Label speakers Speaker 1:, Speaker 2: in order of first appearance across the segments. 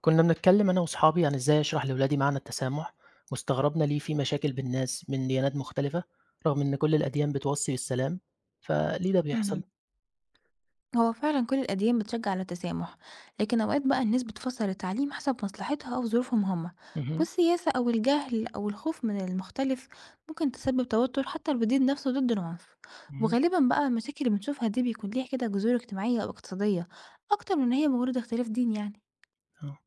Speaker 1: كنا بنتكلم أنا وصحابي عن إزاي أشرح لولادي معنى التسامح. واستغربنا ليه في مشاكل بين ناس من ديانات مختلفة رغم إن كل الأديان بتوصي بالسلام، فليه ده بيحصل؟
Speaker 2: مهم. هو فعلا كل الأديان بتشجع على التسامح، لكن أوقات بقى الناس بتفسر التعليم حسب مصلحتها أو ظروفهم هما.
Speaker 1: مهم.
Speaker 2: والسياسة أو الجهل أو الخوف من المختلف ممكن تسبب توتر حتى لو الدين نفسه ضد العنف.
Speaker 1: مهم.
Speaker 2: وغالبا بقى المشاكل اللي بنشوفها دي بيكون ليها كده جذور اجتماعية أو اقتصادية أكتر من إن هي مجرد اختلاف دين يعني.
Speaker 1: آه.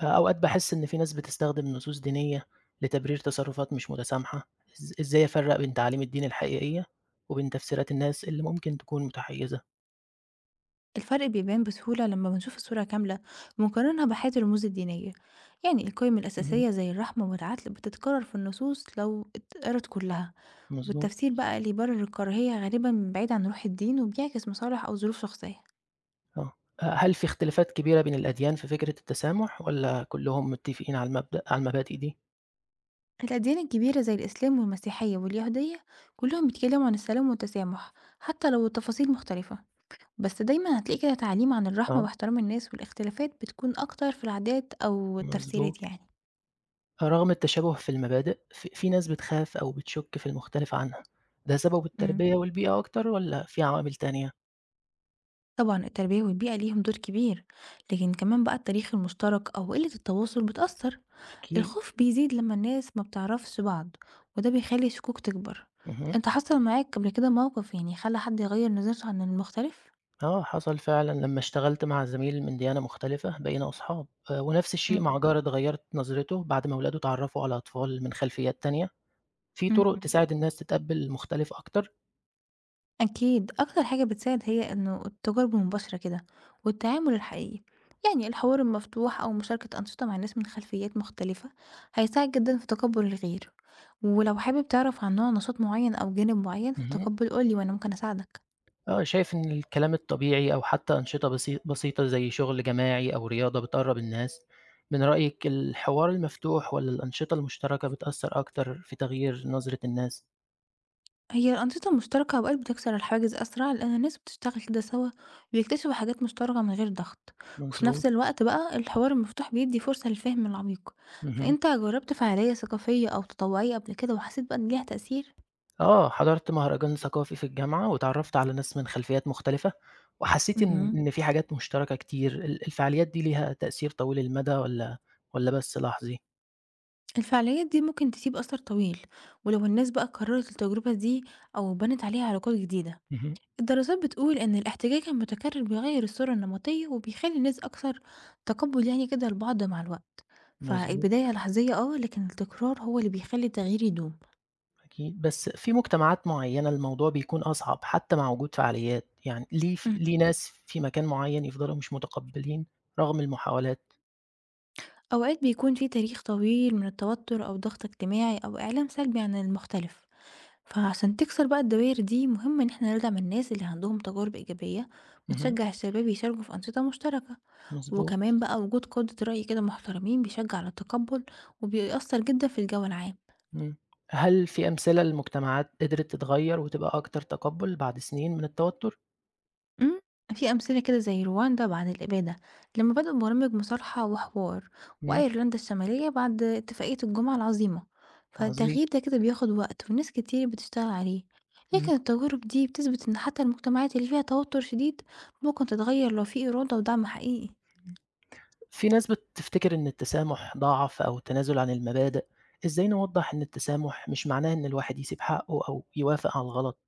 Speaker 1: أوقات بحس إن في ناس بتستخدم نصوص دينية لتبرير تصرفات مش متسامحة. إزاي أفرق بين تعاليم الدين الحقيقية وبين تفسيرات الناس اللي ممكن تكون متحيزة؟
Speaker 2: الفرق بيبان بسهولة لما بنشوف الصورة كاملة ونقارنها بحياة الرموز الدينية، يعني القيم
Speaker 1: مهم.
Speaker 2: الأساسية زي الرحمة والعدل بتتكرر في النصوص لو اتقرت كلها.
Speaker 1: مظبوط.
Speaker 2: والتفسير بقى اللي يبرر الكراهية غالبا بعيد عن روح الدين وبيعكس مصالح أو ظروف شخصية.
Speaker 1: آه. آه، هل في اختلافات كبيرة بين الأديان في فكرة التسامح ولا كلهم متفقين على المبادئ دي؟
Speaker 2: الأديان الكبيرة زي الإسلام والمسيحية واليهودية كلهم بيتكلموا عن السلام والتسامح حتى لو التفاصيل مختلفة. بس دايما هتلاقي كده تعليم عن الرحمة
Speaker 1: آه.
Speaker 2: واحترام الناس، والاختلافات بتكون أكتر في العادات أو التفسيرات
Speaker 1: مظبوط.
Speaker 2: يعني.
Speaker 1: رغم التشابه في المبادئ، في ناس بتخاف أو بتشُك في المختلف عنها، ده سببه
Speaker 2: مم.
Speaker 1: التربية والبيئة أكتر والّا في عوامل تانية؟
Speaker 2: طبعًا التربية والبيئة ليهم دور كبير، لكن كمان بقى التاريخ المشترك أو قلة التواصل بتأثر،
Speaker 1: أكيد.
Speaker 2: الخوف بيزيد لما الناس ما بتعرفش بعض وده بيخلي الشكوك تكبر،
Speaker 1: اهم.
Speaker 2: أنت حصل معاك قبل كده موقف يعني خلى حد يغير نظرته عن المختلف؟
Speaker 1: آه، حصل فعلًا لمّا اشتغلت مع زميل من ديانة مختلفة بقينا أصحاب، ونفس الشيء مع
Speaker 2: إمم.
Speaker 1: جار اتغيّرت نظرته بعد ما ولاده اتعرّفوا على أطفال من خلفيات تانية. في
Speaker 2: إمم.
Speaker 1: طُرق تساعد الناس تتقبّل المختلف أكتر؟
Speaker 2: أكيد أكتر حاجة بتساعد هي إنه التجارب المباشرة كده والتعامل الحقيقي، يعني الحوار المفتوح أو مشاركة أنشطة مع ناس من خلفيات مختلفة هيساعد جدا في تقبل الغير. ولو حابب تعرف عن نوع نشاط معين أو جانب معين في
Speaker 1: اهم.
Speaker 2: التقبل قولي وأنا ممكن أساعدك.
Speaker 1: آه، شايف إن الكلام الطبيعي أو حتى أنشطة بسيطة زي شغل جماعي أو رياضة بتقرب الناس. من رأيك الحوار المفتوح والّا الأنشطة المشتركة بتأثر أكتر في تغيير نظرة الناس؟
Speaker 2: هي الأنشطة المشتركة أوقات بتكسر الحواجز أسرع لأن الناس بتشتغل كده سوا ويكتشفوا حاجات مشتركة من غير ضغط. وفي
Speaker 1: مضبوط.
Speaker 2: نفس الوقت بقى الحوار المفتوح بيدي فرصة للفهم العميق.
Speaker 1: اهم.
Speaker 2: فأنت جربت فعالية ثقافية أو تطوعية قبل كده وحسيت بقى إن ليها تأثير؟
Speaker 1: آه، حضرت مهرجان ثقافي في الجامعة واتعرفت على ناس من خلفيات مختلفة، وحسيت إن
Speaker 2: اهم.
Speaker 1: إن في حاجات مشتركة كتير. الفعاليات دي ليها تأثير طويل المدى والّا بس لحظي؟
Speaker 2: الفعاليات دي ممكن تسيب أثر طويل ولو الناس بقى كررت التجربة دي أو بنت عليها علاقات جديدة.
Speaker 1: اهم.
Speaker 2: الدراسات بتقول إن الاحتكاك المتكرر بيغير الصورة النمطية وبيخلي الناس أكثر تقبل يعني كده لبعض مع الوقت.
Speaker 1: مضبوط.
Speaker 2: فالبداية لحظية اه، لكن التكرار هو اللي بيخلي التغيير يدوم.
Speaker 1: أكيد، بس في مجتمعات معيّنة الموضوع بيكون أصعب حتى مع وجود فعاليات، يعني ليه
Speaker 2: مهم.
Speaker 1: ناس في مكان معيّن يفضلوا مش متقبّلين رغم المحاولات.
Speaker 2: أوقات بيكون في تاريخ طويل من التوتر أو ضغط اجتماعي أو إعلام سلبي عن المختلف، فعشان تكسر بقى الدوائر دي مهم إن احنا ندعم الناس اللي عندهم تجارب إيجابية
Speaker 1: اهم.
Speaker 2: ونشجع الشباب يشاركوا في أنشطة مشتركة.
Speaker 1: مضبوط.
Speaker 2: وكمان بقى وجود قادة رأي كده محترمين بيشجع على التقبل وبيأثر جدا في الجو العام.
Speaker 1: إمم. هل في أمثلة لمجتمعات قدرت تتغيّر وتبقى أكتر تقبُّل بعد سنين من التوتر؟
Speaker 2: إمم، في أمثلة كده زي رواندا بعد الإبادة لمّا بدأوا برامج مصالحة وحوار،
Speaker 1: اهم.
Speaker 2: وأيرلندا الشمالية بعد اتفاقية الجمعة العظيمة،
Speaker 1: عظيم.
Speaker 2: فالتغيير ده كده بياخد وقت وناس كتير بتشتغل عليه،
Speaker 1: إمم.
Speaker 2: لكن التجارب دي بتثبت إن حتى المجتمعات اللي فيها توتر شديد ممكن تتغير لو في إرادة ودعم حقيقي.
Speaker 1: في ناس بتفتكر إن التسامح ضعف أو التنازل عن المبادئ، إزاي نوضّح إن التسامح مش معناه إن الواحد يسيب حقّه أو يوافق على الغلط؟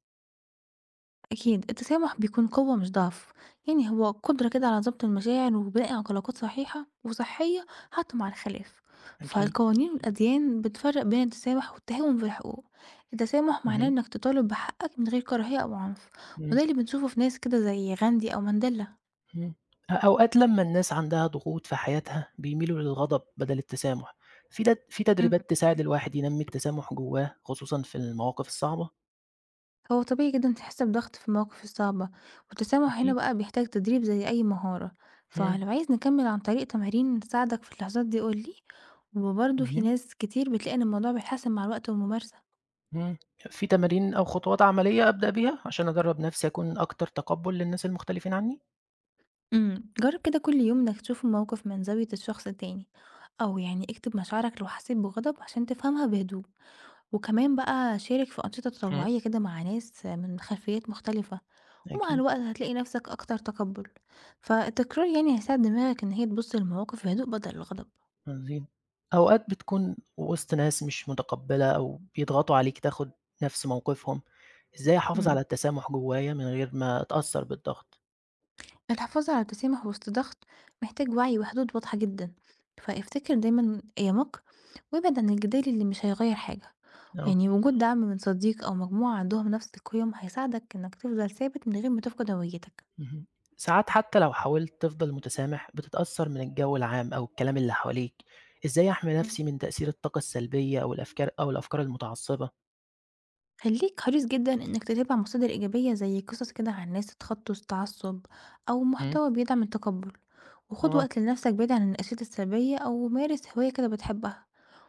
Speaker 2: أكيد التسامح بيكون قوة مش ضعف، يعني هو قدرة كده على ضبط المشاعر وبناء علاقات صحيحة وصحية حتى مع الخلاف.
Speaker 1: أكيد.
Speaker 2: فالقوانين والأديان بتفرق بين التسامح والتهاون في الحقوق. التسامح معناه
Speaker 1: اهم.
Speaker 2: إنك تطالب بحقك من غير كراهية أو عنف،
Speaker 1: إمم.
Speaker 2: وده اللي بنشوفه في ناس كده زي غاندي أو مانديلا.
Speaker 1: إمم. أوقات لمّا الناس عندها ضغوط في حياتها بيميلوا للغضب بدل التسامح، في تدريبات تساعد الواحد ينمّي التسامح جواه خصوصًا في المواقف الصعبة؟
Speaker 2: هو طبيعي جدًا تحس بضغط في المواقف الصعبة، والتسامح هنا
Speaker 1: أكيد.
Speaker 2: بقى بيحتاج تدريب زي أي مهارة،
Speaker 1: إمم.
Speaker 2: فلو عايز نكمل عن طريق تمارين تساعدك في اللحظات دي قُل لي، وبرضه في
Speaker 1: اهم.
Speaker 2: ناس كتير بتلاقي إن الموضوع بيتحسن مع الوقت والممارسة.
Speaker 1: إمم. في تمارين أو خطوات عملية أبدأ بيها عشان أدرّب نفسي أكون أكتر تقبُّل للناس المختلفين عنّي؟
Speaker 2: إمم، جرّب كده كل يوم إنك تشوف الموقف من زاوية الشخص التاني، أو يعني اكتب مشاعرك لو حسيت بغضب عشان تفهمها بهدوء. وكمان بقى شارك في أنشطة
Speaker 1: إمم.
Speaker 2: تطوعية كده مع ناس من خلفيات مختلفة، ومع
Speaker 1: أكيد.
Speaker 2: الوقت هتلاقي نفسك أكتر تقبل. فالتكرار يعني هيساعد دماغك إن هي تبص للمواقف بهدوء بدل الغضب.
Speaker 1: عظيم. أوقات بتكون وسط ناس مش متقبّلة أو بيضغطوا عليك تاخُد نفس موقفهم، إزاي أحافظ على
Speaker 2: امم
Speaker 1: التسامح جوايا من غير ما أتأثّر بالضغط؟
Speaker 2: الحفاظ على التسامح وسط ضغط محتاج وعي وحدود واضحة جدا، فافتكر دايما أيامك وابعد عن الجدال اللي مش هيغير حاجة.
Speaker 1: آه.
Speaker 2: يعني وجود دعم من صديق أو مجموعة عندهم نفس القيم هيساعدك إنك تفضل ثابت من غير ما تفقد هويتك.
Speaker 1: اهم. ساعات حتى لو حاولت تفضل متسامح، بتتأثّر من الجو العام أو الكلام اللي حواليك، إزاي أحمي نفسي من تأثير الطاقة السلبية أو الأفكار المتعصبة؟
Speaker 2: خلّيك حريص جدًا إنك تتابع مصادر إيجابية زي قصص كده عن ناس اتخطوا التعصب أو
Speaker 1: إمم.
Speaker 2: محتوى بيدعم التقبُّل، وخُد
Speaker 1: آه.
Speaker 2: وقت لنَفْسك بعيد عن الأنشطة السلبية أو مارس هواية كده بتحبها،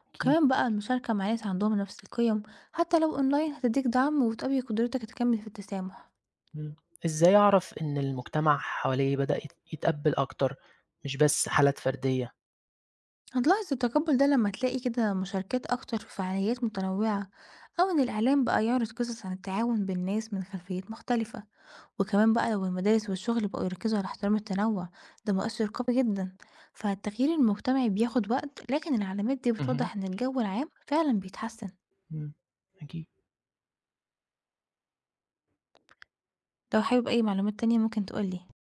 Speaker 1: أكيد.
Speaker 2: كمان بقى المشاركة مع ناس عندهم نَفْس القيم حتى لو أونلاين هتدّيك دعم وتقوي قدرتك تكمّل في التسامح.
Speaker 1: إمم. إزاي أعرف إن المجتمع حواليّا بدأ يتقبّل أكتر، مش بس حالات فردية؟
Speaker 2: هتلاحظ التقبُّل ده لمّا تلاقي كده مشاركات أكتر في فعاليات متنوّعة أو إن الإعلام بقى يعرض قصص عن التعاون بين ناس من خلفيّات مختلفة. وكمان بقى لو المدارس والشغل بقوا يركزوا على احترام التنوع ده مؤثر قوي جدا. فالتغيير المجتمعي بياخد وقت لكن العلامات دي
Speaker 1: اهم.
Speaker 2: بتوضح ان الجو العام فعلا بيتحسن.
Speaker 1: إمم. أكيد.
Speaker 2: لو حابب اي معلومات تانية ممكن تقولي.